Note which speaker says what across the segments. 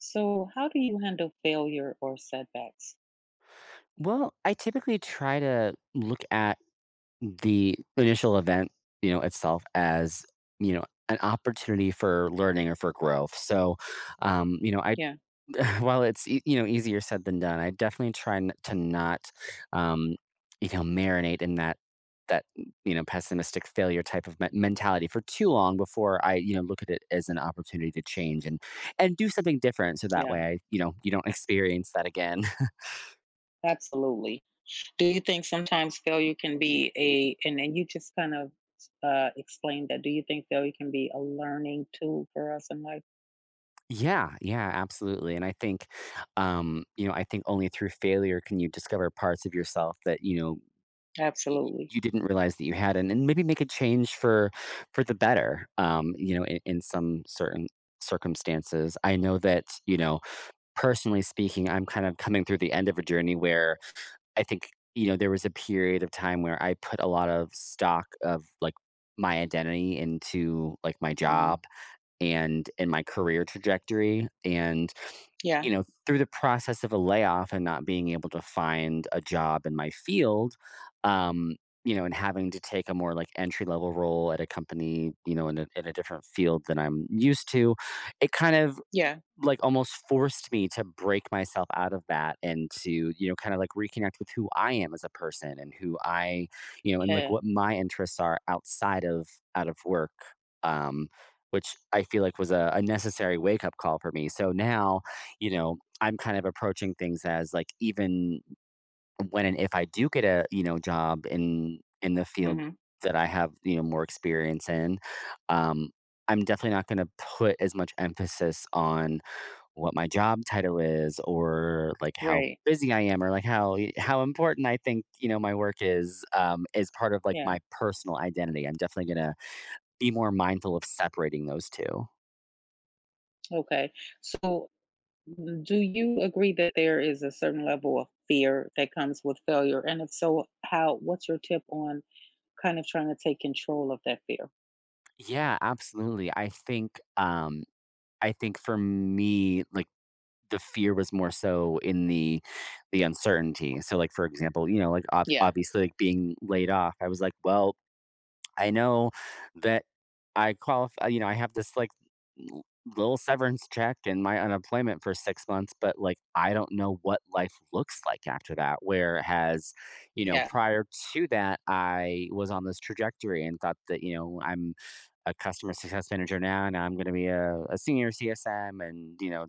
Speaker 1: So, how do you handle failure or setbacks?
Speaker 2: Well, I typically try to look at the initial event, itself as, an opportunity for learning or for growth. So, you know, I
Speaker 1: Yeah,
Speaker 2: while it's easier said than done, I definitely try to not, um, marinate in that pessimistic failure type of mentality for too long before I look at it as an opportunity to change and do something different so that
Speaker 1: yeah,
Speaker 2: way I you know you don't experience that again.
Speaker 1: absolutely. Do you think sometimes failure can be a, and then you just kind of explained that. Do you think failure can be a learning tool for us in life?
Speaker 2: Yeah, yeah, absolutely. And I think only through failure can you discover parts of yourself that
Speaker 1: Absolutely.
Speaker 2: you didn't realize that you had, and maybe make a change for the better. In some certain circumstances, I know that personally speaking, I'm kind of coming through the end of a journey where I think there was a period of time where I put a lot of stock of like my identity into like my
Speaker 1: Hmm.
Speaker 2: job and in my career trajectory, and
Speaker 1: Yeah,
Speaker 2: you know through the process of a layoff and not being able to find a job in my field, um and having to take a more like entry level role at a company, in a different field than I'm used to. It kind of
Speaker 1: yeah.
Speaker 2: like almost forced me to break myself out of that and to kind of like reconnect with who I am as a person, and who I you know and like
Speaker 1: Yeah.
Speaker 2: what my interests are outside of, out of work, um which I feel like was a necessary wake up call for me. So now I'm kind of approaching things as like, even when and if I do get a job in the field
Speaker 1: Hmm.
Speaker 2: that I have more experience in, um I'm definitely not going to put as much emphasis on what my job title is, or like how
Speaker 1: Right.
Speaker 2: busy I am, or like how important I think, my work is part of like
Speaker 1: Yeah.
Speaker 2: my personal identity. I'm definitely going to be more mindful of separating those two.
Speaker 1: Okay. So, do you agree that there is a certain level of fear that comes with failure? And if so, how, what's your tip on kind of trying to take control of that fear?
Speaker 2: Yeah, absolutely. I think for me like the fear was more so in the uncertainty. So like, for example, like
Speaker 1: Yeah.
Speaker 2: obviously like being laid off, I was like, well, I know that I qualify. I have this like l- little severance check and my unemployment for 6 months, but like I don't know what life looks like after that. Whereas,
Speaker 1: Yeah,
Speaker 2: prior to that, I was on this trajectory and thought that, I'm a customer success manager now, and I'm going to be a senior CSM and,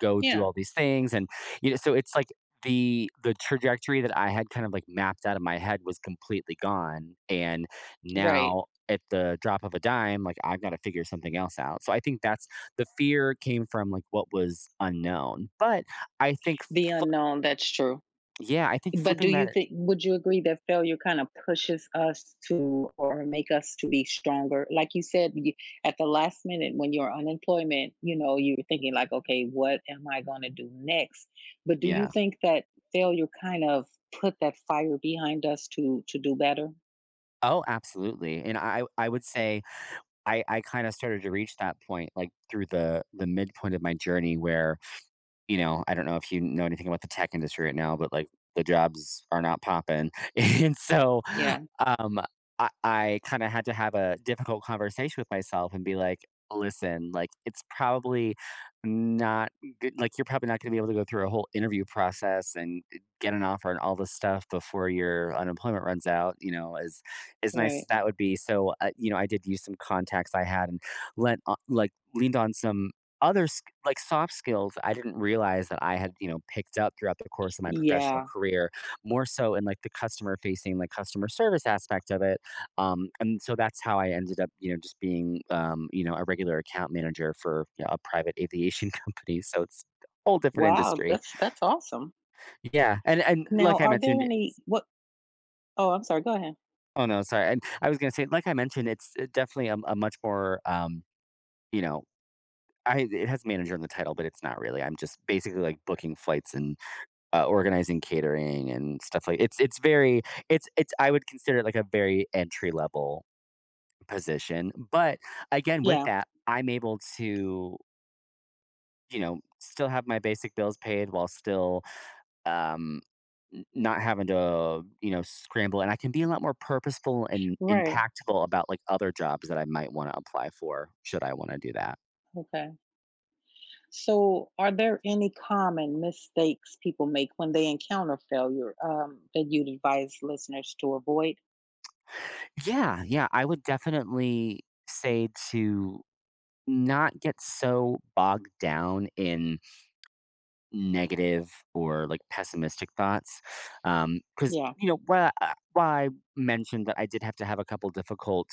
Speaker 2: go do
Speaker 1: yeah.
Speaker 2: all these things. And so it's like the trajectory that I had kind of like mapped out of my head was completely gone, and
Speaker 1: Right.
Speaker 2: now at the drop of a dime, like, I've got to figure something else out. So I think that's the fear came from like what was unknown. But I think,
Speaker 1: The
Speaker 2: fl-
Speaker 1: unknown, that's true.
Speaker 2: yeah, I think
Speaker 1: But do
Speaker 2: flipping
Speaker 1: you
Speaker 2: that,
Speaker 1: think would you agree that failure kind of pushes us to or make us to be stronger? Like you said, you, at the last minute when you're unemployment, you know, you're thinking like, okay, what am I going to do next? But do you
Speaker 2: yeah.
Speaker 1: think that failure kind of put that fire behind us to do better?
Speaker 2: Oh, absolutely. And I would say I kind of started to reach that point like through the midpoint of my journey where, I don't know if you know anything about the tech industry right now, but like the jobs are not popping. And so
Speaker 1: Yeah.
Speaker 2: um I kind of had to have a difficult conversation with myself and be like, listen, like, it's probably not good. Like, you're probably not going to be able to go through a whole interview process and get an offer and all this stuff before your unemployment runs out, you know, as nice as
Speaker 1: Right.
Speaker 2: that would be. So, I did use some contacts I had, and like leaned on some other like soft skills I didn't realize that I had, picked up throughout the course of my professional
Speaker 1: Yeah.
Speaker 2: career, more so in like the customer facing, like customer service aspect of it. And so that's how I ended up, just being, a regular account manager for, a private aviation company. So it's a whole different
Speaker 1: Wow,
Speaker 2: industry.
Speaker 1: that's awesome.
Speaker 2: Yeah. And,
Speaker 1: Now,
Speaker 2: like I
Speaker 1: are there
Speaker 2: mentioned,
Speaker 1: any what. Oh, I'm sorry. Go ahead.
Speaker 2: oh no, sorry. And I was going to say, like I mentioned, it's definitely a much more, you know, it has manager in the title, but it's not really. I'm just basically like booking flights and organizing catering and stuff, like it's very. It's I would consider it like a very entry level position. But again, with
Speaker 1: Yeah.
Speaker 2: that, I'm able to still have my basic bills paid while still, um, not having to scramble, and I can be a lot more purposeful and
Speaker 1: Right.
Speaker 2: impactful about like other jobs that I might want to apply for, should I want to do that.
Speaker 1: Okay. So, are there any common mistakes people make when they encounter failure that you'd advise listeners to avoid?
Speaker 2: Yeah, yeah, I would definitely say to not get so bogged down in negative or, like, pessimistic thoughts, because,
Speaker 1: Yeah,
Speaker 2: while I why I mentioned that I did have to have a couple difficult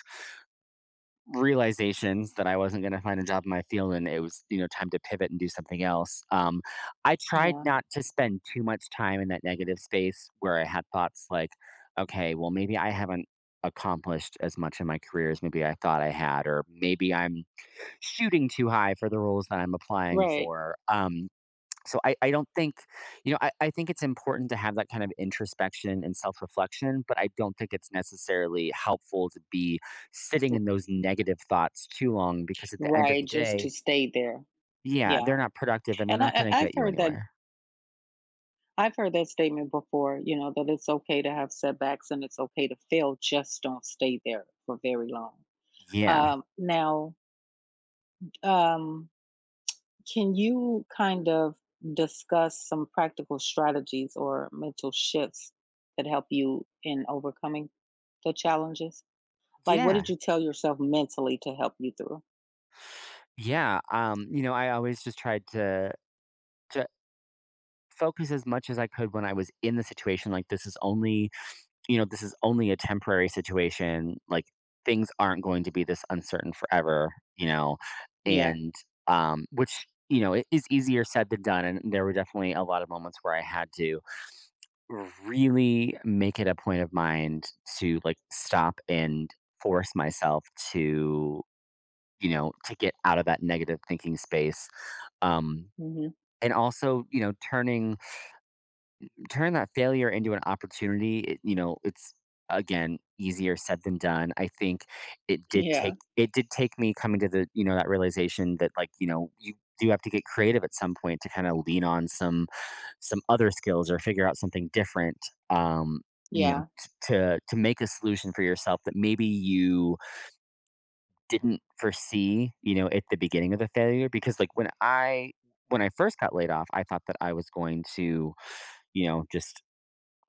Speaker 2: realizations that I wasn't gonna find a job in my field and it was, time to pivot and do something else, I tried
Speaker 1: yeah.
Speaker 2: not to spend too much time in that negative space where I had thoughts like, "Okay, well, maybe I haven't accomplished as much in my career as maybe I thought I had," or, "Maybe I'm shooting too high for the roles that I'm applying
Speaker 1: Right.
Speaker 2: for," so I don't think, I think it's important to have that kind of introspection and self reflection, but I don't think it's necessarily helpful to be sitting
Speaker 1: r-
Speaker 2: in those negative thoughts too long because, at the end of
Speaker 1: right.
Speaker 2: the
Speaker 1: Just to
Speaker 2: day,
Speaker 1: stay there.
Speaker 2: yeah,
Speaker 1: Yeah,
Speaker 2: they're not productive and they're
Speaker 1: and I,
Speaker 2: not going to
Speaker 1: I've
Speaker 2: get you
Speaker 1: heard that.
Speaker 2: anywhere.
Speaker 1: I've heard that statement before. You know that it's okay to have setbacks and it's okay to fail. Just don't stay there for very long.
Speaker 2: Yeah.
Speaker 1: Now, um, can you kind of discuss some practical strategies or mental shifts that help you in overcoming the challenges? Like, what
Speaker 2: Yeah.
Speaker 1: did you tell yourself mentally to help you through?
Speaker 2: Yeah. I always just tried to focus as much as I could when I was in the situation. Like, this is only, this is only a temporary situation. Like, things aren't going to be this uncertain forever, you know,
Speaker 1: Yeah.
Speaker 2: and which, it is easier said than done. And there were definitely a lot of moments where I had to really make it a point of mind to like stop and force myself to you know to get out of that negative thinking space, um
Speaker 1: Hmm.
Speaker 2: and also, turn that failure into an opportunity, it, it's again easier said than done. I think it did
Speaker 1: Yeah.
Speaker 2: take it did take me coming to that realization that, like, you do have to get creative at some point to kind of lean on some other skills or figure out something different. Um you know
Speaker 1: Yeah.
Speaker 2: t- to to make a solution for yourself that maybe you didn't foresee at the beginning of the failure. Because like when I first got laid off, I thought that I was going to, just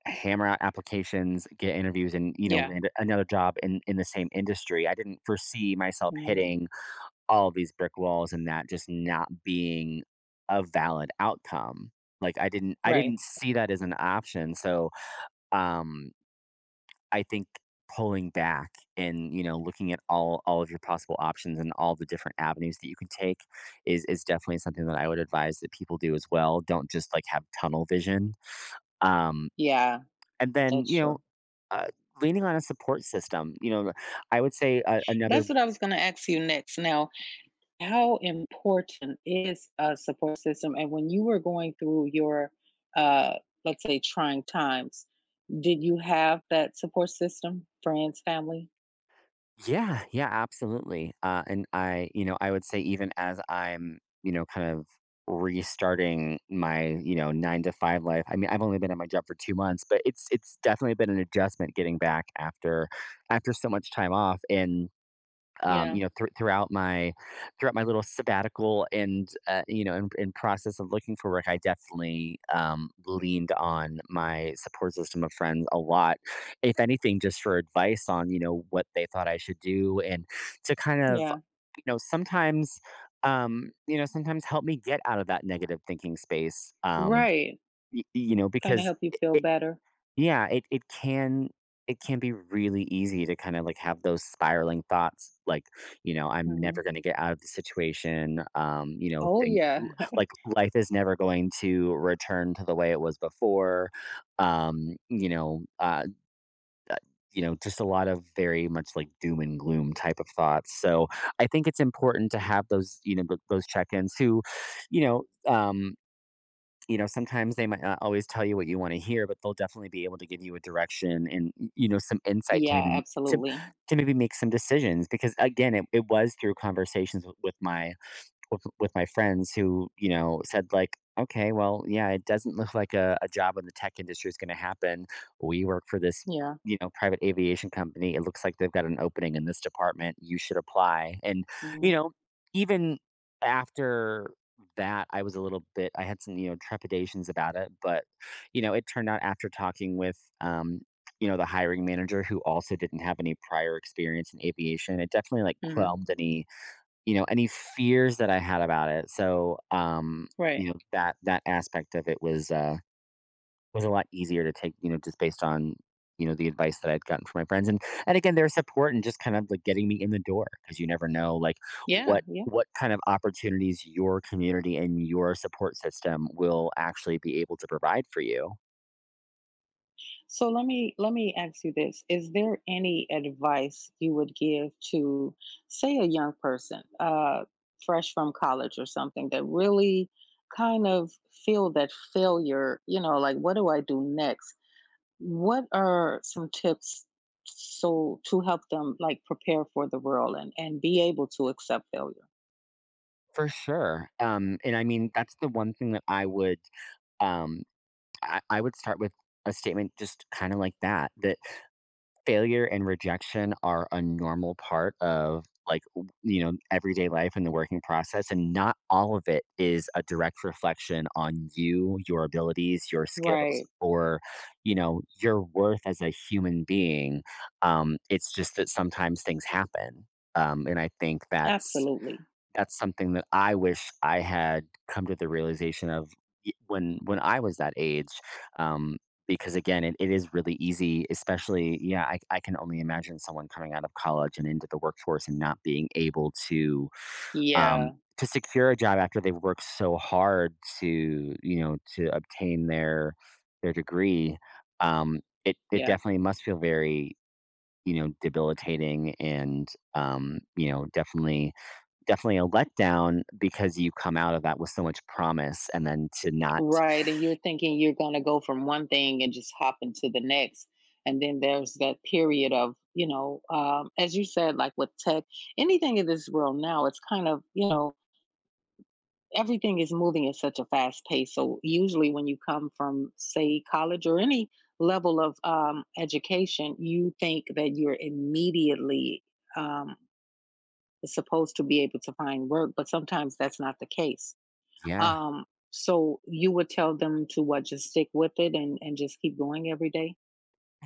Speaker 2: hammer out applications, get interviews, and
Speaker 1: Yeah.
Speaker 2: land another job in the same industry. I didn't foresee myself
Speaker 1: Mhm.
Speaker 2: hitting all these brick walls and that just not being a valid outcome. Like, I didn't I
Speaker 1: Right.
Speaker 2: didn't see that as an option. So, um, I think pulling back and looking at all of your possible options and all the different avenues that you can take is definitely something that I would advise that people do as well. Don't just like have tunnel vision. Um,
Speaker 1: Yeah.
Speaker 2: and then,
Speaker 1: That's true.
Speaker 2: uh, leaning on a support system, I would say, another.
Speaker 1: That's what I was going to ask you next. Now, how important is a support system? And when you were going through your, uh, let's say, trying times, did you have that support system? Friends, family?
Speaker 2: Yeah, yeah, absolutely. And, I would say, even as I'm kind of restarting my nine to five life. I mean, I've only been at my job for 2 months, but it's definitely been an adjustment getting back after so much time off. And, um,
Speaker 1: Yeah.
Speaker 2: you know, thr throughout my throughout my little sabbatical, and, you know, and process of looking for work, I definitely, leaned on my support system of friends a lot. If anything, just for advice on, what they thought I should do, and to kind of,
Speaker 1: Yeah,
Speaker 2: you know, sometimes, sometimes help me get out of that negative thinking space.
Speaker 1: right. Kinda
Speaker 2: Because.
Speaker 1: help you feel better.
Speaker 2: Yeah, it can be really easy to kind of like have those spiraling thoughts like, I'm
Speaker 1: Mhm.
Speaker 2: never going to get out of the situation. You know,
Speaker 1: Oh,
Speaker 2: thing
Speaker 1: yeah.
Speaker 2: like life is never going to return to the way it was before. Um, you know, uh, you know, just a lot of very much like doom and gloom type of thoughts. So I think it's important to have those, you know, those check-ins who, you know, um, you know, sometimes they might not always tell you what you want to hear, but they'll definitely be able to give you a direction and you know, some insight to
Speaker 1: Yeah,
Speaker 2: maybe to,
Speaker 1: absolutely.
Speaker 2: to maybe make some decisions. Because again, it was through conversations with with my friends who, you know, said like, okay, well, yeah, it doesn't look like a job in the tech industry is going to happen. We work for this,
Speaker 1: Yeah.
Speaker 2: you know, private aviation company. It looks like they've got an opening in this department. You should apply. And you
Speaker 1: Mhm.
Speaker 2: know, even after that, I was a little bit, I had some, you know, trepidations about it. But you know, it turned out, after talking with you know, the hiring manager, who also didn't have any prior experience in aviation, it definitely like
Speaker 1: Mhm.
Speaker 2: quelled any, you know, any fears that I had about it. So,
Speaker 1: Right.
Speaker 2: you know, that that aspect of it was a lot easier to take, you know, just based on, you know, the advice that I'd gotten from my friends, and again, their support, and just kind of like getting me in the door, because you never know like
Speaker 1: Yeah. Yeah.
Speaker 2: what kind of opportunities your community and your support system will actually be able to provide for you.
Speaker 1: So let me ask you this. Is there any advice you would give to, say, a young person, fresh from college or something that really kind of feel that failure, you know, like, "What do I do next?" What are some tips so to help them, like, prepare for the world and be able to accept failure?
Speaker 2: For sure. And I mean, that's the one thing that I would, um I would start with a statement, just kind of like that, that failure and rejection are a normal part of like, you know, everyday life and the working process, and not all of it is a direct reflection on you, your abilities, your skills,
Speaker 1: Right.
Speaker 2: or you know, your worth as a human being. It's just that sometimes things happen. And I think
Speaker 1: Absolutely.
Speaker 2: that's something that I wish I had come to the realization of when I was that age, um, because again, it is really easy, especially, yeah. I can only imagine someone coming out of college and into the workforce and not being able um,
Speaker 1: Yeah.
Speaker 2: to secure a job after they've worked so hard to, you know, to obtain their degree. Um, it it
Speaker 1: Yeah.
Speaker 2: definitely must feel very, you know, debilitating, and um, you know definitely definitely a letdown, because you come out of that with so much promise and then to not.
Speaker 1: Right. And you're thinking you're gonna go from one thing and just hop into the next. And then there's that period of, you know, as you said, like with tech, anything in this world now, it's kind of, you know, everything is moving at such a fast pace. So usually, when you come from, say, college or any level of education, you think that you're immediately um, supposed to be able to find work, but sometimes that's not the case.
Speaker 2: Yeah,
Speaker 1: So you would tell them to what? Just stick with it and just keep going every day.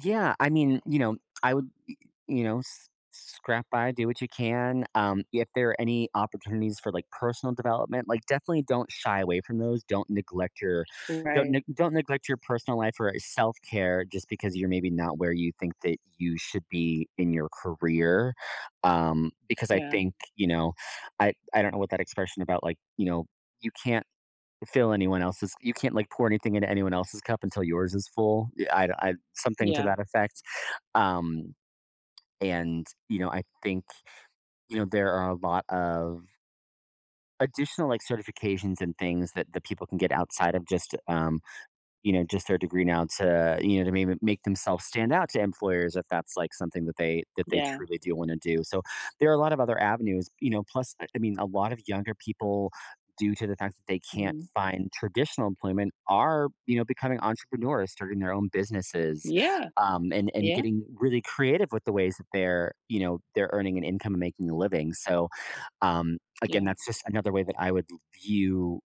Speaker 2: yeah, I mean, you know, I would, you know, scrap by, do what you can. If there are any opportunities for like personal development, like, definitely don't shy away from those. Don't neglect your
Speaker 1: Right.
Speaker 2: don't neglect your personal life or self-care just because you're maybe not where you think that you should be in your career. Because I
Speaker 1: Yeah.
Speaker 2: think, you know, I don't know what that expression about, like, you know, you can't fill anyone else's, you can't, like, pour anything into anyone else's cup until yours is full. Yeah, I something to
Speaker 1: Yeah.
Speaker 2: that effect. Um, and, you know, I think, you know, there are a lot of additional, like, certifications and things that the people can get outside of just, you know, just their degree now, to, you know, to maybe make themselves stand out to employers if that's like something that they
Speaker 1: Yeah.
Speaker 2: truly do want to do. So there are a lot of other avenues, you know, plus I mean a lot of younger people, due to the fact that they can't
Speaker 1: Mhm.
Speaker 2: find traditional employment, are, you know, becoming entrepreneurs, starting their own businesses,
Speaker 1: Yeah.
Speaker 2: and
Speaker 1: Yeah.
Speaker 2: getting really creative with the ways that they're, you know, they're earning an income and making a living. So um again,
Speaker 1: Yeah.
Speaker 2: that's just another way that I would view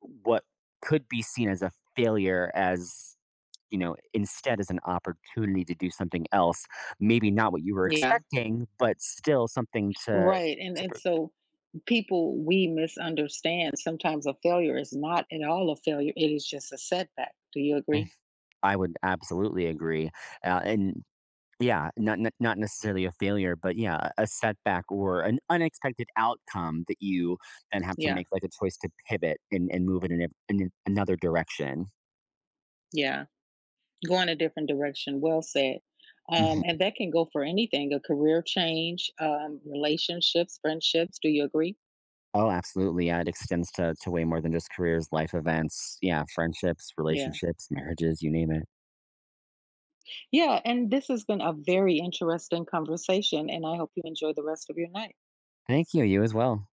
Speaker 2: what could be seen as a failure as, you know, instead as an opportunity to do something else, maybe not what you were
Speaker 1: Yeah.
Speaker 2: expecting, but still something to
Speaker 1: Right.
Speaker 2: to
Speaker 1: And
Speaker 2: pr-
Speaker 1: so people we misunderstand sometimes a failure is not at all a failure, it is just a setback. Do you
Speaker 2: Mm.
Speaker 1: agree?
Speaker 2: I would absolutely agree. And yeah, not necessarily a failure, but yeah, a setback or an unexpected outcome that you then have to
Speaker 1: Yeah.
Speaker 2: make like a choice to pivot and move in, in another direction.
Speaker 1: Yeah, going a different direction. Well said.
Speaker 2: Mm-hmm.
Speaker 1: And that can go for anything, a career change, relationships, friendships. Do you agree?
Speaker 2: Oh, absolutely, yeah, it extends to way more than just careers, life events, yeah, friendships,
Speaker 1: Yeah.
Speaker 2: relationships, marriages, you name it.
Speaker 1: Yeah, and this has been a very interesting conversation, and I hope you enjoy the rest of your night.
Speaker 2: Thank you, you as well.